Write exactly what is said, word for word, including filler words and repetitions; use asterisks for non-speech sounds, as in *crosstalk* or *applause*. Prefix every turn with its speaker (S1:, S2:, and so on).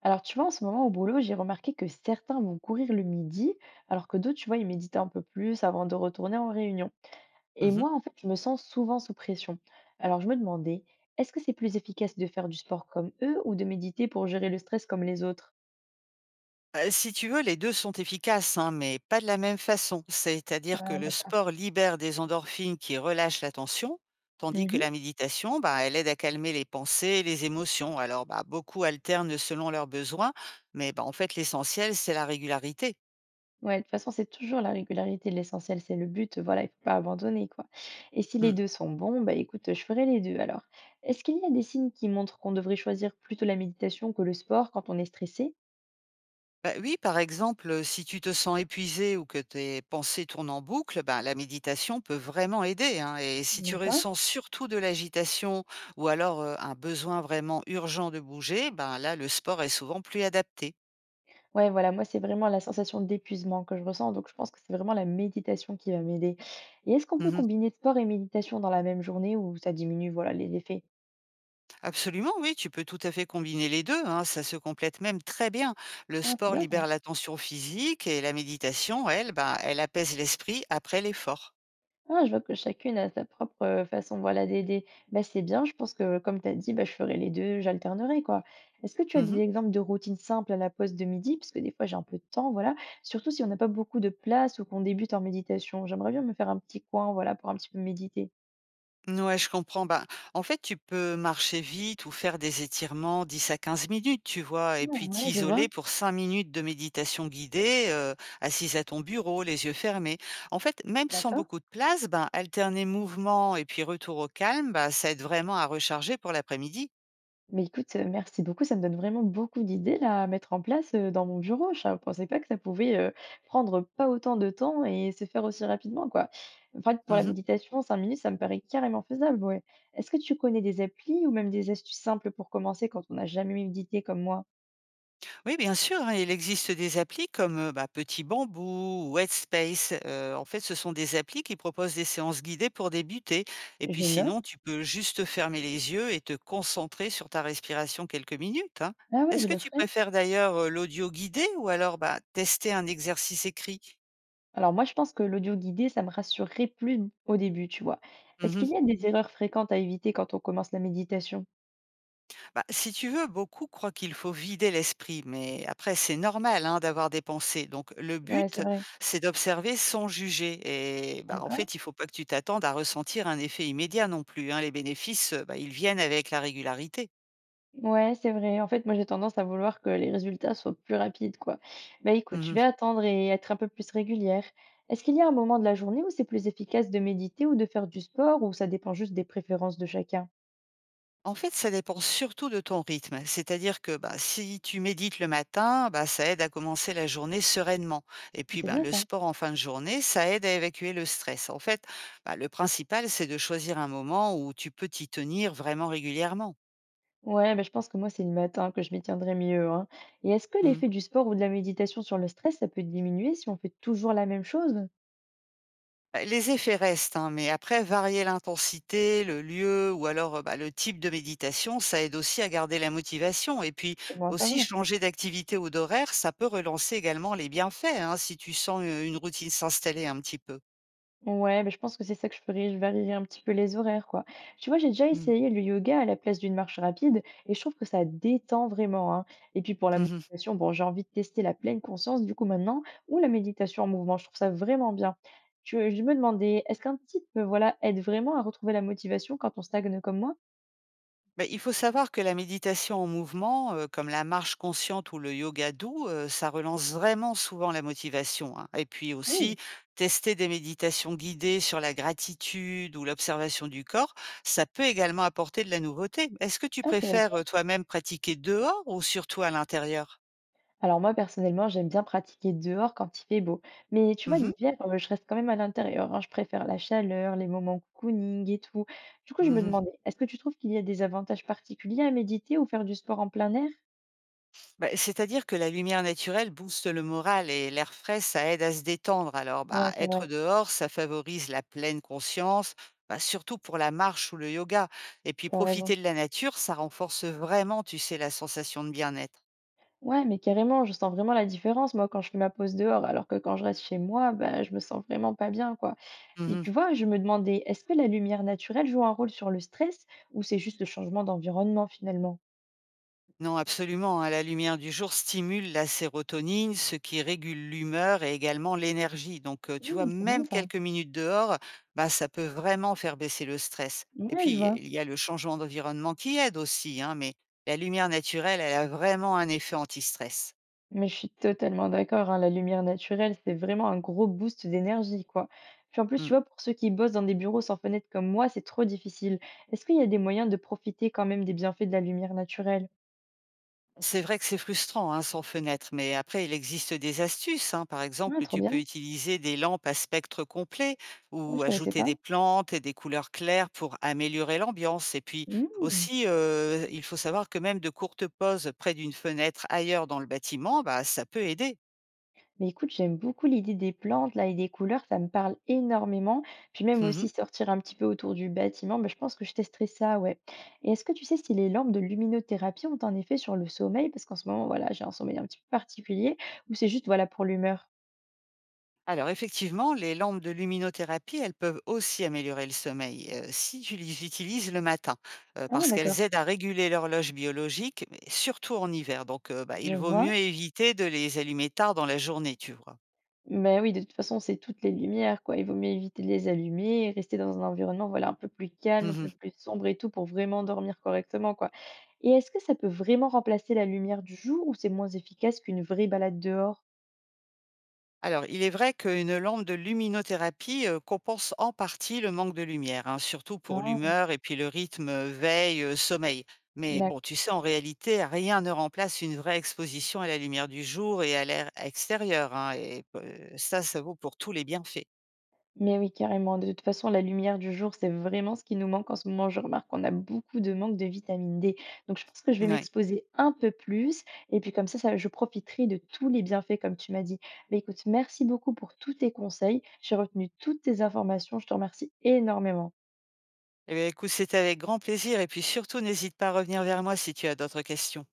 S1: Alors, tu vois, en ce moment au boulot, j'ai remarqué que certains vont courir le midi, alors que d'autres, tu vois, ils méditent un peu plus avant de retourner en réunion. Et
S2: Mmh mh.
S1: moi, en fait, je me sens souvent sous pression. Alors, je me demandais, est-ce que c'est plus efficace de faire du sport comme eux ou de méditer pour gérer le stress comme les autres?
S2: Si tu veux, les deux sont efficaces, hein, mais pas de la même façon. C'est-à-dire que
S1: Ah,
S2: le
S1: d'accord.
S2: sport libère des endorphines qui relâchent la tension, tandis que
S1: Mhm.
S2: la méditation, bah, elle aide à calmer les pensées, et les émotions. Alors, bah, beaucoup alternent selon leurs besoins, mais, bah, en fait, l'essentiel, c'est la régularité.
S1: Ouais, de toute façon, c'est toujours la régularité de l'essentiel, c'est le but, voilà, il faut pas abandonner, quoi. Et si les
S2: Mmh.
S1: deux sont bons, bah écoute, je ferai les deux alors. Est-ce qu'il y a des signes qui montrent qu'on devrait choisir plutôt la méditation que le sport quand on est stressé?
S2: Bah oui, par exemple, heu, si tu te sens épuisé ou que tes pensées tournent en boucle, ben, la méditation peut vraiment aider, hein, et si tu
S1: D'accord.
S2: ressens surtout de l'agitation ou alors, heu, un besoin vraiment urgent de bouger, ben, là, le sport est souvent plus adapté.
S1: Ouais, voilà, moi, c'est vraiment la sensation d'épuisement que je ressens, donc je pense que c'est vraiment la méditation qui va m'aider. Et est-ce qu'on peut
S2: Mmh.
S1: combiner sport et méditation dans la même journée ou ça diminue, voilà, les effets?
S2: Absolument, oui, tu peux tout à fait combiner les deux, hein, ça se complète même très bien. Le
S1: Ah, c'est
S2: sport
S1: bien ça.
S2: libère la tension physique et la méditation, elle, ben, elle apaise l'esprit après l'effort.
S1: Ah, je vois que chacune a sa propre euh, façon, voilà, d'aider. Bah, c'est bien, je pense que comme tu as dit, bah, je ferai les deux, j'alternerai, quoi. Est-ce que tu as des
S2: Mmh.
S1: exemples de routines simples à la pause de midi? Parce que des fois, j'ai un peu de temps, voilà. Surtout si on n'a pas beaucoup de place ou qu'on débute en méditation. J'aimerais bien me faire un petit coin, voilà, pour un petit peu méditer.
S2: Ouais, je comprends. Bah, en fait, tu peux marcher vite ou faire des étirements dix à quinze minutes, tu vois, et
S1: Ouais,
S2: puis
S1: ouais, je vois.
S2: t'isoler pour cinq minutes de méditation guidée, euh, assise à ton bureau, les yeux fermés. En fait, même sans
S1: D'accord.
S2: beaucoup de place, ben, alterner mouvement et puis retour au calme, bah, ça aide vraiment à recharger pour l'après-midi.
S1: Mais écoute, heu, merci beaucoup, ça me donne vraiment beaucoup d'idées là à mettre en place, heu, dans mon bureau. Je ne pensais pas que ça pouvait, heu, prendre pas autant de temps et se faire aussi rapidement quoi. En fait, pour la
S2: Mhm.
S1: méditation, cinq minutes, ça me paraît carrément faisable, ouais. Est-ce que tu connais des applis ou même des astuces simples pour commencer quand on n'a jamais médité comme moi?
S2: Oui, bien sûr, hein, il existe des applis comme euh, bah, Petit Bambou ou Headspace. Euh, en fait, ce sont des applis qui proposent des séances guidées pour débuter. Et puis
S1: Je note.
S2: sinon, tu peux juste fermer les yeux et te concentrer sur ta respiration quelques minutes, hein.
S1: Ah ouais, je
S2: Est-ce que
S1: le
S2: tu
S1: ferai.
S2: préfères d'ailleurs euh, l'audio guidé ou alors, bah, tester un exercice écrit?
S1: Alors moi, je pense que l'audio guidé, ça me rassurerait plus au début, tu vois? Est-ce
S2: Mhm.
S1: qu'il y a des erreurs fréquentes à éviter quand on commence la méditation?
S2: Bah, si tu veux, beaucoup croient qu'il faut vider l'esprit, mais après, c'est normal, hein, d'avoir des pensées. Donc, le
S1: Ouais, c'est
S2: but,
S1: vrai.
S2: c'est d'observer sans juger. Et bah, en
S1: D'accord.
S2: fait, il faut pas que tu t'attendes à ressentir un effet immédiat non plus, hein. Les bénéfices, euh, bah, ils viennent avec la régularité.
S1: Ouais, c'est vrai. En fait, moi, j'ai tendance à vouloir que les résultats soient plus rapides, quoi. Bah écoute, je
S2: Mhm.
S1: vais attendre et être un peu plus régulière. Est-ce qu'il y a un moment de la journée où c'est plus efficace de méditer ou de faire du sport, ou ça dépend juste des préférences de chacun?
S2: En fait, ça dépend surtout de ton rythme. C'est-à-dire que bah, si tu médites le matin, bah, ça aide à commencer la journée sereinement. Et puis,
S1: C'est
S2: ben
S1: bien
S2: le
S1: ça.
S2: sport en fin de journée, ça aide à évacuer le stress. En fait, bah, le principal, c'est de choisir un moment où tu peux t'y tenir vraiment régulièrement.
S1: Ouais, bah, je pense que moi, c'est le matin que je m'y tiendrai mieux, hein. Et est-ce que
S2: Hmm.
S1: l'effet du sport ou de la méditation sur le stress, ça peut diminuer si on fait toujours la même chose?
S2: Bah, les effets restent, hein, mais après, varier l'intensité, le lieu ou alors, euh, bah, le type de méditation, ça aide aussi à garder la motivation. Et puis
S1: C'est bon à
S2: aussi,
S1: savoir.
S2: changer d'activité ou d'horaire, ça peut relancer également les bienfaits, hein, si tu sens euh, une routine s'installer un petit peu.
S1: Ouais, mais je pense que c'est ça que je ferais, je varierais un petit peu les horaires, quoi. Tu vois, j'ai déjà
S2: Mm.
S1: essayé le yoga à la place d'une marche rapide et je trouve que ça détend vraiment, hein. Et puis pour la
S2: *laughs*
S1: motivation, bon, j'ai envie de tester la pleine conscience du coup maintenant ou la méditation en mouvement, je trouve ça vraiment bien. Tu- Je me demandais, est-ce qu'un titre, voilà, aide vraiment à retrouver la motivation quand on stagne comme moi?
S2: Bah, il faut savoir que la méditation en mouvement, heu, comme la marche consciente ou le yoga doux, heu, ça relance vraiment souvent la motivation, hein. Et puis aussi,
S1: Cool.
S2: tester des méditations guidées sur la gratitude ou l'observation du corps, ça peut également apporter de la nouveauté. Est-ce que tu
S1: Ah, je l'avais.
S2: préfères, heu, toi-même pratiquer dehors ou surtout à l'intérieur?
S1: Alors moi, personnellement, j'aime bien pratiquer dehors quand il fait beau. Mais tu vois,
S2: Mmh mh.
S1: l'hiver, euh, je reste quand même à l'intérieur, hein. Je préfère la chaleur, les moments cocooning et tout. Du coup, je me
S2: Mmh.
S1: demandais, est-ce que tu trouves qu'il y a des avantages particuliers à méditer ou faire du sport en plein air?
S2: Bah, c'est-à-dire que la lumière naturelle booste le moral et l'air frais, ça aide à se détendre. Alors,
S1: Ouais,
S2: bah,
S1: c'est
S2: être
S1: vrai,
S2: dehors, ça favorise la pleine conscience, bah, surtout pour la marche ou le yoga. Et puis,
S1: t'as raison.
S2: profiter de la nature, ça renforce vraiment, tu sais, la sensation de bien-être.
S1: Ouais, mais carrément, je sens vraiment la différence, moi, quand je fais ma pause dehors, alors que quand je reste chez moi, bah, je me sens vraiment pas bien, quoi. Et
S2: Mhm.
S1: tu vois, je me demandais, est-ce que la lumière naturelle joue un rôle sur le stress ou c'est juste le changement d'environnement finalement?
S2: Non, absolument, hein, la lumière du jour stimule la sérotonine, ce qui régule l'humeur et également l'énergie. Donc, heu, tu vois,
S1: Hmm, c'est bien
S2: même
S1: ça.
S2: quelques minutes dehors, bah, ça peut vraiment faire baisser le stress. Et
S1: Ouais,
S2: puis,
S1: je vois.
S2: il y a le changement d'environnement qui aide aussi, hein, mais la lumière naturelle, elle a vraiment un effet anti-stress.
S1: Mais je suis totalement d'accord, hein, la lumière naturelle, c'est vraiment un gros boost d'énergie, quoi. Puis en plus, tu
S2: Mmh.
S1: vois, pour ceux qui bossent dans des bureaux sans fenêtre comme moi, c'est trop difficile. Est-ce qu'il y a des moyens de profiter quand même des bienfaits de la lumière naturelle?
S2: C'est vrai que c'est frustrant, hein, sans fenêtre, mais après, il existe des astuces, hein. Par
S1: Ah,
S2: exemple,
S1: trop
S2: tu peux
S1: bien.
S2: utiliser des lampes à spectre complet
S1: Ouais,
S2: ou
S1: je connaissais
S2: ajouter
S1: pas.
S2: des plantes et des couleurs claires pour améliorer l'ambiance. Et puis
S1: Hmm.
S2: aussi, euh, il faut savoir que même de courtes pauses près d'une fenêtre ailleurs dans le bâtiment, bah, ça peut aider.
S1: Mais écoute, j'aime beaucoup l'idée des plantes là et des couleurs, ça me parle énormément. Puis même
S2: Mhm.
S1: aussi sortir un petit peu autour du bâtiment, bah, je pense que je testerai ça, ouais. Et est-ce que tu sais si les lampes de luminothérapie ont un effet sur le sommeil? Parce qu'en ce moment, voilà, j'ai un sommeil un petit peu particulier, ou c'est juste voilà pour l'humeur.
S2: Alors effectivement, les lampes de luminothérapie, elles peuvent aussi améliorer le sommeil euh, si tu les utilises le matin, euh,
S1: Ah,
S2: parce qu'elles
S1: d'accord,
S2: aident à réguler l'horloge biologique, mais surtout en hiver. Donc euh, bah,
S1: je
S2: il vaut
S1: vois.
S2: mieux éviter de les allumer tard dans la journée, tu vois.
S1: Mais oui, de toute façon, c'est toutes les lumières, quoi. Il vaut mieux éviter de les allumer, rester dans un environnement, voilà, un peu plus calme, un peu
S2: *laughs*
S1: plus sombre et tout, pour vraiment dormir correctement, quoi. Et est-ce que ça peut vraiment remplacer la lumière du jour ou c'est moins efficace qu'une vraie balade dehors?
S2: Alors, il est vrai qu'une lampe de luminothérapie euh, compense en partie le manque de lumière, hein, surtout
S1: Ah,
S2: pour
S1: d'accord.
S2: l'humeur et puis le rythme, euh, veille, euh, sommeil. Mais bon, tu sais, en réalité, rien ne remplace une vraie exposition à la lumière du jour et à l'air extérieur, hein, et euh, ça, ça vaut pour tous les bienfaits.
S1: Mais oui, carrément. De toute façon, la lumière du jour, c'est vraiment ce qui nous manque en ce moment. Je remarque qu'on a beaucoup de manque de vitamine dé. Donc, je pense que je vais
S2: Ouais.
S1: m'exposer un peu plus. Et puis, comme ça, ça, je profiterai de tous les bienfaits, comme tu m'as dit. Mais écoute, merci beaucoup pour tous tes conseils. J'ai retenu toutes tes informations. Je te remercie énormément.
S2: Eh bien, écoute, c'était avec grand plaisir. Et puis surtout, n'hésite pas à revenir vers moi si tu as d'autres questions.